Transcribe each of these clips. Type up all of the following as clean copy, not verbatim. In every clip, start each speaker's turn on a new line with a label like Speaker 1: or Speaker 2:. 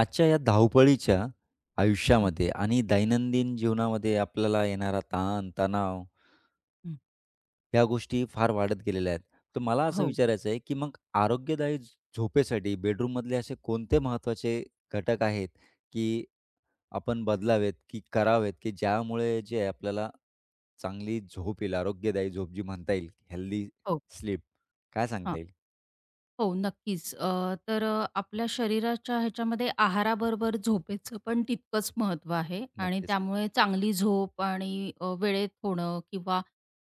Speaker 1: आजच्या या धावपळीच्या
Speaker 2: हं,
Speaker 1: आयुष्यामध्ये आणि दैनंदिन जीवनामध्ये आपल्याला येणारा ताण, तणाव ह्या गोष्टी फार वाढत गेलेल्या आहेत. तर मला असं
Speaker 2: हो,
Speaker 1: विचारायचं आहे, की मग आरोग्यदायी झोपेसाठी बेडरूममधले असे कोणते महत्त्वाचे घटक आहेत, की आपण बदलावेत, की करावेत, की ज्यामुळे जे आहे आपल्याला चांगली झोप येईल, आरोग्यदायी झोप जी म्हणता येईल, हेल्दी
Speaker 2: हो.
Speaker 1: स्लीप काय
Speaker 2: हां.
Speaker 1: सांगता येईल?
Speaker 2: हो, नक्कीच. तर आपल्या शरीराच्या ह्याच्यामध्ये आहाराबरोबर झोपेचं पण तितकंच महत्त्व आहे आणि
Speaker 1: नक्कीच.
Speaker 2: त्यामुळे चांगली झोप आणि वेळेत होणं किंवा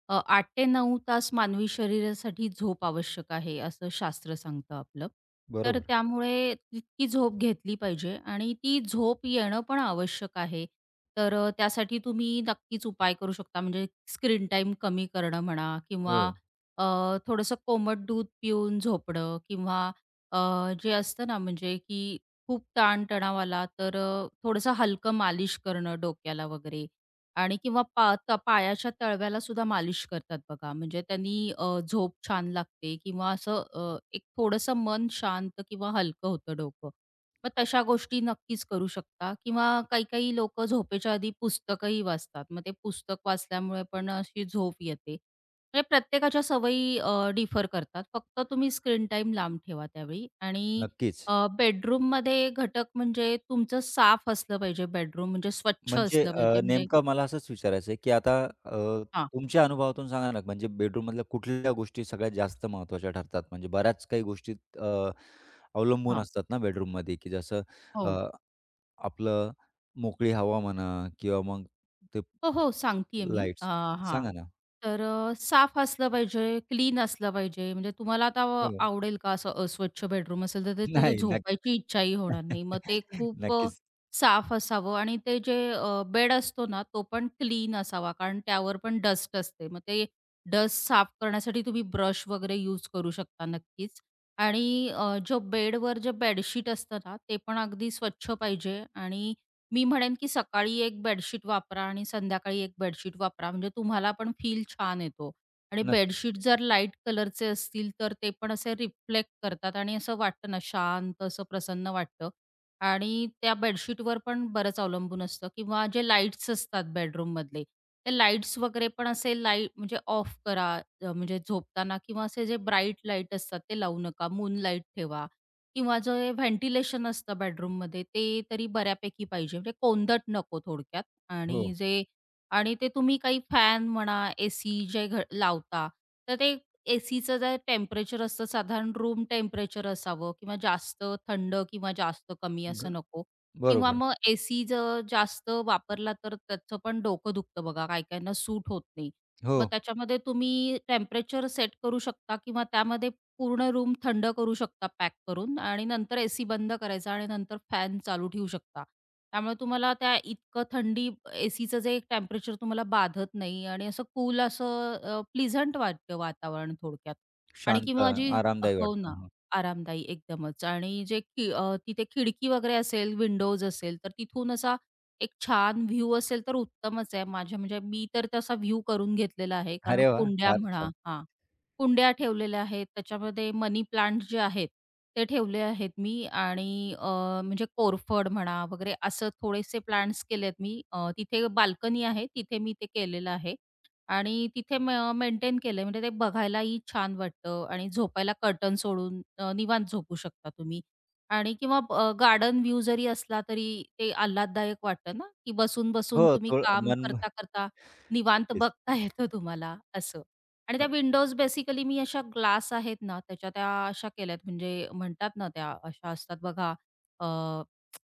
Speaker 2: 8 ते 9 तास मानवी शरीरासाठी झोप आवश्यक आहे, असं शास्त्र सांगतं आपलं. तर
Speaker 1: बरोबर.
Speaker 2: त्यामुळे तितकी झोप घेतली पाहिजे आणि ती झोप येणं पण आवश्यक आहे. तर त्यासाठी तुम्ही नक्कीच उपाय करू शकता. म्हणजे स्क्रीन टाईम कमी करणं म्हणा किंवा
Speaker 1: हो.
Speaker 2: थोडंसं कोमट दूध पिऊन झोपणं किंवा अ, जे असतं ना म्हणजे की खूप ताणतणाव आला तर थोडंसं हलकं मालिश करणं डोक्याला वगैरे, आणि किंवा पायाच्या तळव्याला सुद्धा मालिश करतात बघा, म्हणजे त्यांनी झोप छान लागते किंवा असं एक थोडंसं मन शांत किंवा हलकं होतं डोकं. मग तशा गोष्टी नक्कीच करू शकता किंवा काही काही लोक झोपेच्या आधी पुस्तकही वाचतात. मग ते पुस्तक वाचल्यामुळे पण अशी झोप येते. म्हणजे प्रत्येकाच्या सवयी डिफर करतात. फक्त तुम्ही स्क्रीन टाईम लांब ठेवा त्यावेळी. आणि
Speaker 1: नक्कीच.
Speaker 2: बेडरूममध्ये घटक म्हणजे तुमचं साफ असलं पाहिजे बेडरूम, म्हणजे स्वच्छ
Speaker 1: म्हणजे
Speaker 2: असलं पाहिजे. म्हणजे
Speaker 1: नेमकं मला असंच विचारायचं आहे, की आता
Speaker 2: हां,
Speaker 1: तुमच्या अनुभवातून सांगा ना, म्हणजे बेडरूममधल्या कुठल्या गोष्टी सगळ्यात जास्त महत्त्वाच्या ठरतात? म्हणजे बऱ्याच काही गोष्टी अ, अवलंबून
Speaker 2: हां.
Speaker 1: असतात ना बेडरूममध्ये, की जसं अ,
Speaker 2: हो.
Speaker 1: आपलं मोकळी हवा म्हणा किंवा मग ते
Speaker 2: हो, हो, सांगतीये मी.
Speaker 1: लाईट्स.
Speaker 2: हां.
Speaker 1: सांगा ना.
Speaker 2: तर साफ असलं पाहिजे, क्लीन असलं पाहिजे. म्हणजे तुम्हाला आता
Speaker 1: हो.
Speaker 2: आवडेल का असं? अस्वच्छ बेडरूम असेल तर ते तिथे
Speaker 1: नाही.
Speaker 2: झोपायची इच्छाही होणार नाही. मग ते खूप
Speaker 1: नक्कीच.
Speaker 2: साफ असावं, आणि ते जे बेड असतो ना, तो पण क्लीन असावा, कारण त्यावर पण डस्ट असते. मग ते डस्ट साफ करण्यासाठी तुम्ही ब्रश वगैरे यूज करू शकता नक्कीच. आणि जो बेडवर जे बेडशीट असतं ना, ते पण अगदी स्वच्छ पाहिजे. आणि मी म्हणेन की सकाळी एक बेडशीट वापरा आणि संध्याकाळी एक बेडशीट वापरा. म्हणजे तुम्हाला पण फील छान येतो. आणि
Speaker 1: नक्की.
Speaker 2: बेडशीट जर लाईट कलरचे असतील, तर ते पण असे रिफ्लेक्ट करतात आणि असं वाटतं ना, शांत असं प्रसन्न वाटतं. आणि त्या बेडशीटवर पण बरंच अवलंबून असतं. किंवा जे लाईट्स असतात बेडरूममधले, ते लाईट्स वगैरे पण असे लाईट म्हणजे ऑफ करा. म्हणजे झोपताना किंवा असे जे ब्राईट लाईट असतात ते लावू नका. मून लाईट ठेवा, किंवा जे व्हेंटिलेशन असतं बेडरूममध्ये ते तरी बऱ्यापैकी पाहिजे. म्हणजे कोंदट नको थोडक्यात.
Speaker 1: हो.
Speaker 2: आणि जे आणि ते तुम्ही काही फॅन म्हणा, एसी जे लावता, तर ते एसीचं जे टेम्परेचर असतं साधारण रूम टेम्परेचर असावं, किंवा जास्त थंड किंवा जास्त कमी
Speaker 1: ग
Speaker 2: असं नको. किंवा
Speaker 1: बरोबर.
Speaker 2: मग एसी जर जास्त वापरला तर त्याचं पण डोकं दुखतं बघा. काही-काहींना सूट होत नाही.
Speaker 1: हो.
Speaker 2: मग त्याच्यामध्ये तुम्ही टेम्परेचर सेट करू शकता किंवा त्यामध्ये पूर्ण रूम थंड करू शकता पॅक करून, आणि नंतर एसी बंद करायचा आणि नंतर फॅन चालू ठेवू शकता. त्यामुळे तुम्हाला त्या इतकं थंडी, एसीचं जे एक टेम्परेचर तुम्हाला बाधत नाही आणि असं कूल असं प्लीझंट वाटतं वातावरण थोडक्यात, आणि
Speaker 1: शांत,
Speaker 2: किंवा जी
Speaker 1: आरामदायी
Speaker 2: हो
Speaker 1: वाटतं.
Speaker 2: ना,
Speaker 1: हं.
Speaker 2: आरामदायी एकदमच. आणि जे तिथे खिडकी वगैरे असेल, विंडोज असेल, तर तिथून असा एक छान व्ह्यू असेल तर उत्तमच आहे. माझ्या म्हणजे मी तर तसा व्ह्यू करून घेतलेला आहे, कारण
Speaker 1: अरे वाह!
Speaker 2: कुंड्या
Speaker 1: फार
Speaker 2: म्हणा,
Speaker 1: छान.
Speaker 2: हां. कुंड्या ठेवलेल्या आहेत, त्याच्यामध्ये मनी प्लांट जे आहेत, ते ठेवले आहेत मी, आणि म्हणजे कोरफड म्हणा वगैरे असं थोडेसे प्लांट्स केलेत मी. तिथे बाल्कनी आहे, तिथे मी ते केलेलं आहे, आणि तिथे मेंटेन केलंय. म्हणजे ते बघायलाही छान वाटतं आणि झोपायला कर्टन सोडून निवांत झोपू शकता तुम्ही. आणि किंवा गार्डन व्ह्यू जरी असला तरी ते आल्हाददायक वाटतं ना, की
Speaker 1: हो,
Speaker 2: बसून-बसून तुम्ही
Speaker 1: थोडं
Speaker 2: काम
Speaker 1: मन
Speaker 2: करता-करता निवांत
Speaker 1: नक्कीच.
Speaker 2: बघता येतं तुम्हाला असं. आणि त्या विंडोज बेसिकली मी अशा ग्लास आहेत ना, त्याच्या त्या अशा केल्यात, म्हणजे म्हणतात ना त्या अशा असतात बघा, अ,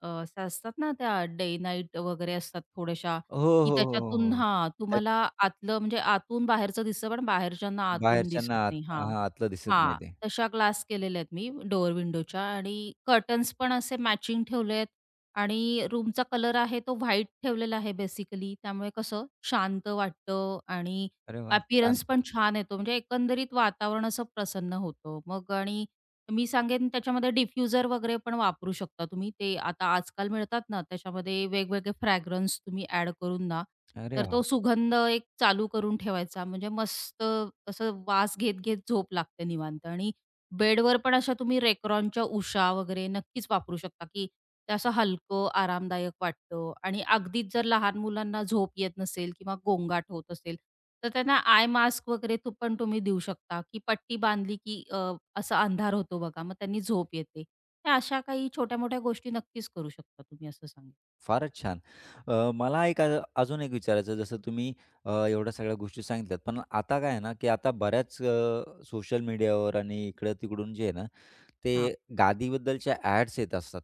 Speaker 2: अ, अशा असतात ना त्या डे नाईट वगैरे असतात थोड्याशा,
Speaker 1: हो, हो,
Speaker 2: की
Speaker 1: हो,
Speaker 2: त्याच्यातून
Speaker 1: हो, हो.
Speaker 2: हां,
Speaker 1: त्याच
Speaker 2: तुम्हाला आतलं म्हणजे आतून बाहेरचं दिसतं, पण बाहेरच्यांना आतून दिसत
Speaker 1: बाहेरच्यांना आत
Speaker 2: नाही. हां.
Speaker 1: हां, आतलं दिसत नाही
Speaker 2: हां,
Speaker 1: ते.
Speaker 2: तशा ग्लास केलेल्या आहेत मी डोअर विंडोच्या, आणि कर्टन्स पण असे मॅचिंग ठेवले आहेत, आणि रूमचा कलर आहे तो व्हाईट ठेवलेला आहे बेसिकली, त्यामुळे कसं शांत वाटतं आणि
Speaker 1: अरे वाह! छान.
Speaker 2: अपीअरन्स पण छान येतो. म्हणजे एकंदरीत वातावरण असं प्रसन्न होतं. मग आणि मी सांगेन त्याच्यामध्ये डिफ्युजर वगैरे पण वापरू शकता तुम्ही. ते आता आजकाल मिळतात ना, त्याच्यामध्ये वेगवेगळे फ्रॅग्रन्स तुम्ही ॲड करून ना,
Speaker 1: अरे
Speaker 2: तर
Speaker 1: वाह!
Speaker 2: तो सुगंध एक चालू करून ठेवायचा. म्हणजे मस्त असं वास घेत-घेत झोप लागते निवांत, आणि बेडवर पण अशा तुम्ही Reconच्या उशा वगैरे नक्कीच वापरू शकता, की ते असं हलकं, आरामदायक वाटतं. आणि अगदीच जर लहान मुलांना झोप येत नसेल किंवा गोंगाट होत असेल, तर त्यांना आय मास्क वगैरे तू पण तुम्ही देऊ शकता, की पट्टी बांधली की असा अंधार होतो बघा, मग त्यांनी झोप येते. तर अशा काही छोट्या-मोठ्या गोष्टी नक्कीच करू शकता तुम्ही असं सांगेन.
Speaker 1: फारच छान. मला एक अजून एक विचारायचं जसं तुम्ही एवढ्या सगळ्या गोष्टी सांगितल्यात. पण आता काय आहे ना, की आता बऱ्याच सोशल मीडियावर आणि इकडं-तिकडून जे आहे ना,
Speaker 2: हां,
Speaker 1: ते गादीबद्दलच्या ॲड्स येत असतात,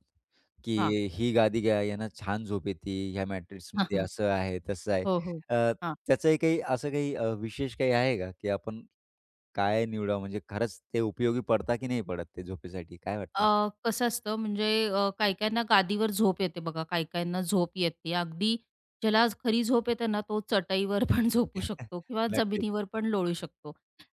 Speaker 2: हां.
Speaker 1: की ही गादी घ्या, यानं छान झोप येते, ह्या
Speaker 2: हां,
Speaker 1: मॅट्रिक्समध्ये
Speaker 2: हां.
Speaker 1: असं आहे, तसं आहे.
Speaker 2: हो, हो.
Speaker 1: अ, त्याचंही काही असं काही विशेष काही आहे का, की आपण काय निवडावं? म्हणजे खरंच ते उपयोगी पडतात की नाही पडत ते झोपेसाठी? काय वाटतं?
Speaker 2: कसं असतं म्हणजे काही-काहींना गादीवर झोप येते बघा, काही-काहींना झोप येते. अगदी ज्याला खरी झोप येते ना, तो चटईवर पण झोपू शकतो किंवा
Speaker 1: नक्कीच.
Speaker 2: जमिनीवर पण लोळू शकतो.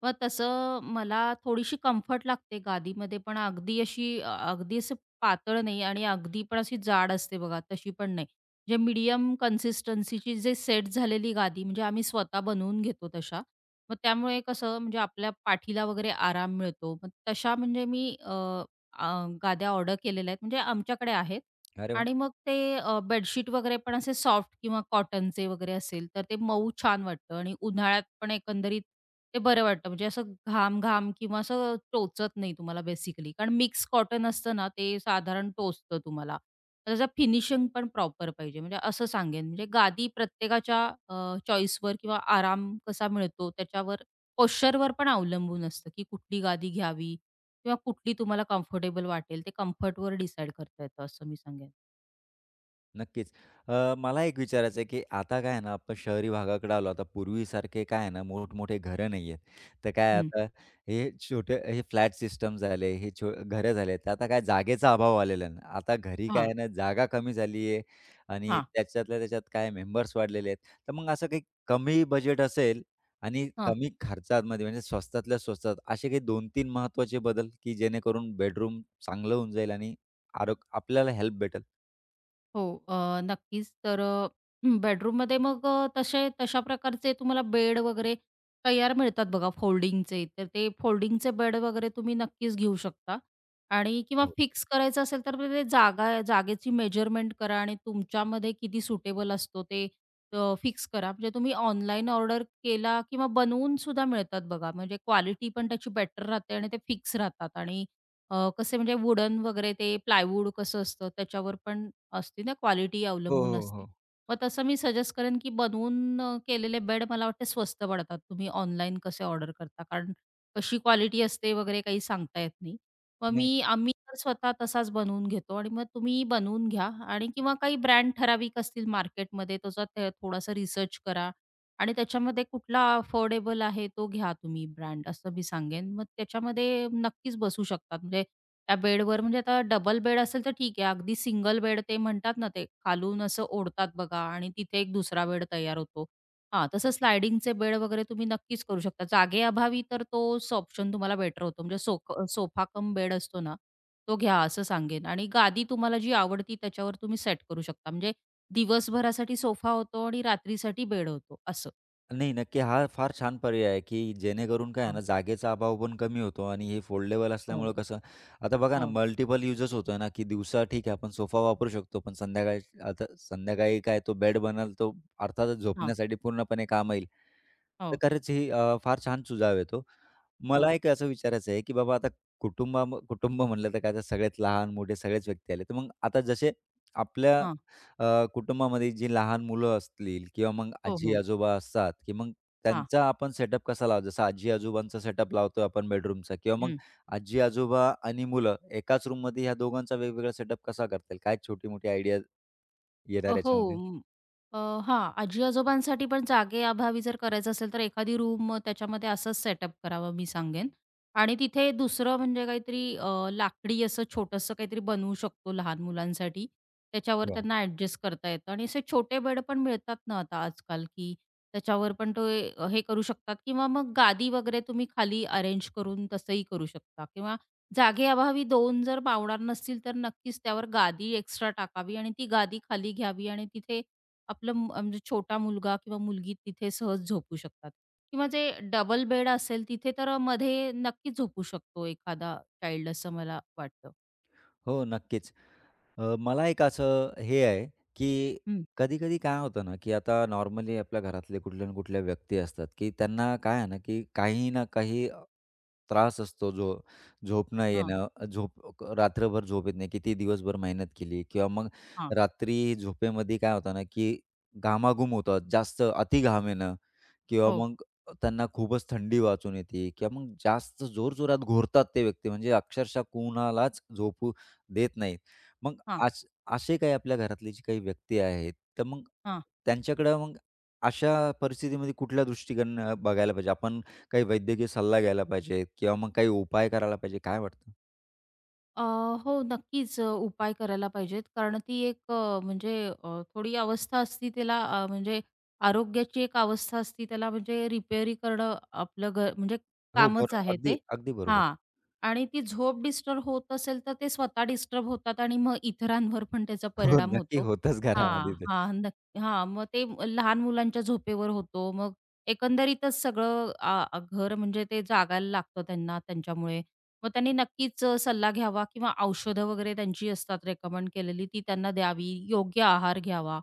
Speaker 2: मग तसं मला थोडीशी कम्फर्ट लागते गादीमध्ये, पण अगदी असं पातळ नाही आणि अगदी पण अशी जाड असते बघा, तशी पण नाही. जे मीडियम कन्सिस्टन्सीची जे सेट झालेली गादी म्हणजे आम्ही स्वतः बनवून घेतो तशा. मग त्यामुळे कसं म्हणजे आपल्या पाठीला वगैरे आराम मिळतो. मग तशा म्हणजे मी अ, गाद्या ऑर्डर केलेल्या आहेत म्हणजे आमच्याकडे आहेत,
Speaker 1: अरे वाह!
Speaker 2: आणि मग ते बेडशीट वगैरे पण असे सॉफ्ट किंवा कॉटनचे वगैरे असेल, तर ते मऊ छान वाटतं आणि उन्हाळ्यात पण एकंदरीत ते बरं वाटतं. म्हणजे असं घाम घाम किंवा असं टोचत नाही तुम्हाला बेसिकली, कारण मिक्स कॉटन असतं ना, ते साधारण टोचतं तुम्हाला. तर त्याचं फिनिशिंग पण प्रॉपर पाहिजे, म्हणजे असं सांगेन. म्हणजे गादी प्रत्येकाच्या चॉईसवर किंवा आराम कसा मिळतो त्याच्यावर, पोश्चरवर पण अवलंबून असतं, की कुठली गादी घ्यावी किंवा कुठली तुम्हाला कम्फर्टेबल वाटेल. ते कम्फर्टवर डिसाईड करता येतं असं मी सांगेन.
Speaker 1: नक्कीच. मला एक विचारायचं आहे, की आता काय आहे ना, आपण शहरी भागाकडे आलो. आता पूर्वीसारखे काय आहे ना, मोठमोठे घरं नाहीयेत. तर काय
Speaker 2: हं.
Speaker 1: आता हे छोटे हे फ्लॅट सिस्टम झाले, हे छो घरं झाले. तर आता काय जागेचा अभाव आलेला आहे. ना. आता घरी काय
Speaker 2: हां,
Speaker 1: आहे ना, जागा कमी झाली आहे आणि
Speaker 2: हां.
Speaker 1: त्याच्यातल्या त्याच्यात काय मेंबर्स वाढलेले आहेत. तर मग असं काही कमी बजेट असेल आणि
Speaker 2: हां,
Speaker 1: कमी खर्चामध्ये म्हणजे स्वस्तातल्या स्वस्तात असे काही 2-3 महत्त्वाचे बदल, की जेणेकरून बेडरूम चांगलं होऊन जाईल आणि आपल्याला हेल्प भेटेल?
Speaker 2: हो, अ, नक्कीच. तर बेडरूममध्ये मग तशा प्रकारचे तुम्हाला बेड वगैरे तयार मिळतात बघा फोल्डिंगचे. तर ते फोल्डिंगचे बेड वगैरे तुम्ही नक्कीच घेऊ शकता. आणि किंवा फिक्स करायचं असेल तर ते जागेची मेजरमेंट करा आणि तुमच्यामध्ये किती सुटेबल असतो ते फिक्स करा. म्हणजे तुम्ही ऑनलाईन ऑर्डर केला किंवा बनवून सुद्धा मिळतात बघा. म्हणजे क्वालिटी पण त्याची बेटर राहते आणि ते फिक्स राहतात, आणि कसे म्हणजे वुडन वगैरे ते प्लायवूड कसं असतं त्याच्यावर पण असते ना, क्वालिटी
Speaker 1: हो,
Speaker 2: अवलंबून
Speaker 1: हो,
Speaker 2: असते.
Speaker 1: हो.
Speaker 2: मग तसं मी सजेस्ट करेन, की बनवून केलेले बेड मला वाटते स्वस्त पडतात. तुम्ही ऑनलाईन कसे ऑर्डर करता, कारण कशी क्वालिटी असते वगैरे काही सांगता येत नाही. मग
Speaker 1: नाही,
Speaker 2: आम्ही तर स्वतः तसाच बनवून घेतो आणि मग तुम्ही बनवून घ्या, आणि किंवा काही ब्रँड ठराविक असतील मार्केटमध्ये, त्याचा ते थोडासा रिसर्च करा आणि त्याच्यामध्ये कुठला अफोर्डेबल आहे तो घ्या तुम्ही ब्रँड, असं मी सांगेन. मग त्याच्यामध्ये नक्कीच बसू शकतात. म्हणजे त्या बेडवर म्हणजे आता डबल बेड असेल तर ठीक आहे. अगदी सिंगल बेड ते म्हणतात ना, ते खालून असं ओढतात बघा आणि तिथे एक दुसरा बेड तयार होतो. हां, तसं स्लायडिंगचे बेड वगैरे तुम्ही नक्कीच करू शकता. जागे अभावी तर तोच ऑप्शन तुम्हाला बेटर होतो. म्हणजे सोफा कम बेड असतो ना, तो घ्या असं सांगेन, आणि गादी तुम्हाला जी आवडती त्याच्यावर तुम्ही सेट करू शकता. म्हणजे दिवसभरासाठी सोफा होतो आणि रात्रीसाठी बेड होतो असं.
Speaker 1: नाही. नक्की हा फार छान पर्याय आहे, की जेणेकरून काय आहे ना,
Speaker 2: हां.
Speaker 1: जागेचा अभाव पण कमी होतो आणि हे फोल्डेबल
Speaker 2: हो,
Speaker 1: असल्यामुळं कसं आता बघा ना,
Speaker 2: हो.
Speaker 1: मल्टिपल युजेस होतोय ना, की दिवसा ठीक आहे आपण सोफा वापरू शकतो, पण संध्याकाळी आता संध्याकाळी काय तो बेड बनल, तो अर्थातच
Speaker 2: हां,
Speaker 1: झोपण्यासाठी पूर्णपणे काम येईल. तर
Speaker 2: हो,
Speaker 1: खरंच ही फार छान सुझाव येतो.
Speaker 2: हां,
Speaker 1: मला
Speaker 2: हां,
Speaker 1: एक असं विचारायचं आहे, की बाबा आता कुटुंब म्हणलं तर काय तर सगळ्यात लहान-मोठे सगळेच व्यक्ती आले. तर मग आता जसे आपल्या
Speaker 2: हां.
Speaker 1: कुटुंबामध्ये जी लहान मुलं असतील किंवा मग
Speaker 2: हो, हो.
Speaker 1: आजी-आजोबा असतात, की मग
Speaker 2: हां.
Speaker 1: त्यांचा आपण सेटअप कसा लावतो? जसं आजी-आजोबांचा सेटअप लावतो आपण बेडरूमचा किंवा मग आजी-आजोबा आणि मुलं एकाच रूममध्ये ह्या दोघांचा वेगवेगळा सेटअप कसा करता येईल? काय छोटी-मोठी आयडिया येणार
Speaker 2: हो.
Speaker 1: याच्यामध्ये?
Speaker 2: अ, हां, आजी-आजोबांसाठी पण जागेअभावी जर करायचं असेल, तर एखादी रूम त्याच्यामध्ये असंच सेटअप करावं मी सांगेन. आणि तिथे दुसरं म्हणजे काहीतरी लाकडी असं छोटंसं काहीतरी बनवू शकतो लहान मुलांसाठी. त्याच्यावर
Speaker 1: वाह!
Speaker 2: त्यांना ॲडजस्ट करता येतं, आणि असे छोटे बेड पण मिळतात ना आता आजकाल, की त्याच्यावर पण ते हे करू शकतात. किंवा मग गादी वगैरे तुम्ही खाली अरेंज करून तसंही करू शकता. किंवा जागेअभावी 2 जर पावणार नसतील, तर नक्कीच त्यावर गादी एक्स्ट्रा टाकावी आणि ती गादी खाली घ्यावी आणि तिथे म्हणजे छोटा मुलगा किंवा मुलगी तिथे सहज झोपू शकतात. किंवा जे डबल बेड असेल तिथे तर मध्ये नक्कीच झोपू शकतो एखादा चाइल्ड, असं मला वाटतं.
Speaker 1: हो, नक्कीच. मला एक असं हे आहे, की
Speaker 2: हं.
Speaker 1: कधी-कधी काय होतं ना, की आता नॉर्मली आपल्या घरातले कुठल्या ना कुठल्या व्यक्ती असतात, की त्यांना काय आहे ना, की काही ना काही त्रास असतो. जो झोप न
Speaker 2: हां,
Speaker 1: येणं, रात्रभर झोप येत नाही, किती दिवसभर मेहनत केली किंवा मग
Speaker 2: हां.
Speaker 1: रात्री झोपेमध्ये काय होतं ना, की घामाघूम होतात, जास्त अति घाम येणं किंवा
Speaker 2: हो.
Speaker 1: मग त्यांना खूपच थंडी वाचून येते किंवा मग जास्त जोरजोरात घोरतात ते व्यक्ती, म्हणजे अक्षरशः कुणालाच झोपू देत नाहीत. मग अश असे काही आपल्या घरातली जी काही व्यक्ती आहेत, तर मग
Speaker 2: हां.
Speaker 1: त्यांच्याकडं मग अशा परिस्थितीमध्ये कुठल्या दृष्टीकडनं बघायला पाहिजे? आपण काही वैद्यकीय सल्ला घ्यायला पाहिजे किंवा मग काही उपाय करायला पाहिजे, काय वाटतं?
Speaker 2: अ, हो, नक्कीच उपाय करायला पाहिजेत. कारण ती एक म्हणजे अ, थोडी अवस्था असती त्याला, म्हणजे आरोग्याची एक अवस्था असती त्याला, म्हणजे रिपेअरी करणं आपलं म्हणजे
Speaker 1: हो,
Speaker 2: कामच आहे
Speaker 1: अगदी,
Speaker 2: ते.
Speaker 1: अगदी बरोबर.
Speaker 2: हां. आणि ती झोप डिस्टर्ब होत असेल, तर ते स्वतः डिस्टर्ब होतात आणि मग इतरांवर पण त्याचा
Speaker 1: हो,
Speaker 2: परिणाम
Speaker 1: नक्की
Speaker 2: होतो.
Speaker 1: होतंच घरामध्ये
Speaker 2: हां,
Speaker 1: ते.
Speaker 2: हां. नक्की हां. मग ते लहान मुलांच्या झोपेवर होतो. मग एकंदरीतच सगळं आ आ- घर म्हणजे ते जागायला लागतं त्यांना त्यांच्यामुळे. मग त्यांनी नक्कीच सल्ला घ्यावा किंवा औषधं वगैरे त्यांची असतात रेकमेंड केलेली ती त्यांना द्यावी, योग्य आहार घ्यावा.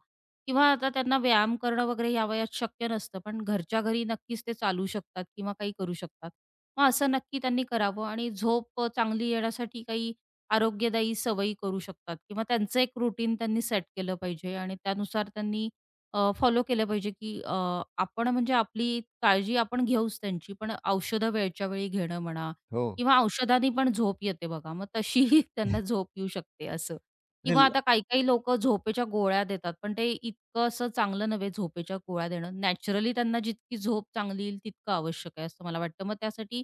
Speaker 2: किंवा आता त्यांना व्यायाम करणं वगैरे यावयात शक्य नसतं, पण घरच्या घरी नक्कीच ते चालू शकतात किंवा काही करू शकतात. मग असं नक्की त्यांनी करावं, आणि झोप चांगली येण्यासाठी काही आरोग्यदायी सवयी करू शकतात किंवा त्यांचं एक रुटीन त्यांनी सेट केलं पाहिजे आणि त्यानुसार त्यांनी फॉलो केलं पाहिजे, की आपण म्हणजे आपली काळजी आपण घेऊच त्यांची, पण औषधं वेळच्या वेळी घेणं म्हणा,
Speaker 1: हो.
Speaker 2: किंवा औषधांनी पण झोप येते बघा, मग तशीही त्यांना झोप येऊ शकते असं. किंवा
Speaker 1: नाही,
Speaker 2: आता काही-काही लोकं झोपेच्या गोळ्या देतात, पण ते इतकं असं चांगलं नव्हे झोपेच्या गोळ्या देणं. नॅचरली त्यांना जितकी झोप चांगली येईल तितकं आवश्यक आहे असं मला वाटतं. मग त्यासाठी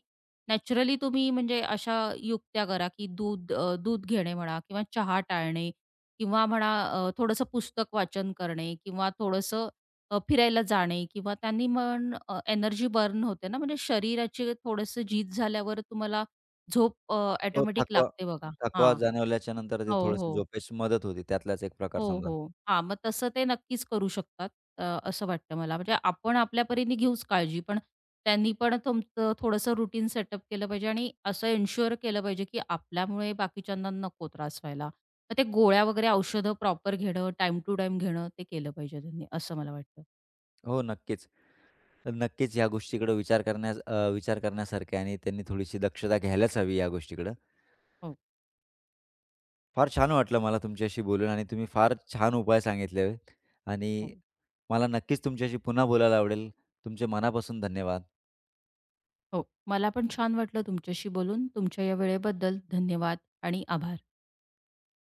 Speaker 2: नॅचरली तुम्ही म्हणजे अशा युक्त्या करा, की दूध घेणे म्हणा किंवा चहा टाळणे, किंवा म्हणा थोडंसं पुस्तक वाचन करणे किंवा थोडंसं फिरायला जाणे, किंवा त्यांनी पण एनर्जी बर्न होते ना, म्हणजे शरीराची थोडंसं झीज झाल्यावर तुम्हाला झोप
Speaker 1: हो,
Speaker 2: ऑटोमॅटिक
Speaker 1: थकवा
Speaker 2: लागते बघा.
Speaker 1: थकवा
Speaker 2: हां.
Speaker 1: जाणवल्याच्या नंतर ते
Speaker 2: हो,
Speaker 1: थोडंसं
Speaker 2: हो.
Speaker 1: झोपेस मदत होती. त्यातलाच एक प्रकार
Speaker 2: हो,
Speaker 1: समजा.
Speaker 2: हो. हां, मग तसं ते नक्कीच करू शकतात, अ, असं वाटतं मला. म्हणजे आपण आपल्या परीने घेऊच काळजी, पण त्यांनी पण तुमचं थोडंसं रुटीन सेटअप केलं पाहिजे आणि असं एन्शुअर केलं पाहिजे, की आपल्यामुळे बाकीच्यांना नको त्रास व्हायला. मग ते गोळ्या वगैरे औषधं प्रॉपर घेणं, टाईम टू टाईम घेणं, ते केलं पाहिजे त्यांनी, असं मला वाटतं.
Speaker 1: हो, नक्कीच. नक्कीच ह्या गोष्टीकडे विचार करण्यास विचार करण्यासारखा आणि त्यांनी थोडीशी दक्षता घ्यायलाच हवी या गोष्टीकडं.
Speaker 2: हो,
Speaker 1: फार छान वाटलं मला तुमच्याशी बोलून आणि तुम्ही फार छान उपाय सांगितले आणि
Speaker 2: हो,
Speaker 1: मला नक्कीच तुमच्याशी पुन्हा बोलायला आवडेल. तुमचे मनापासून धन्यवाद.
Speaker 2: हो. मला पण छान वाटलं तुमच्याशी बोलून. तुमच्या या वेळेबद्दल धन्यवाद आणि आभार.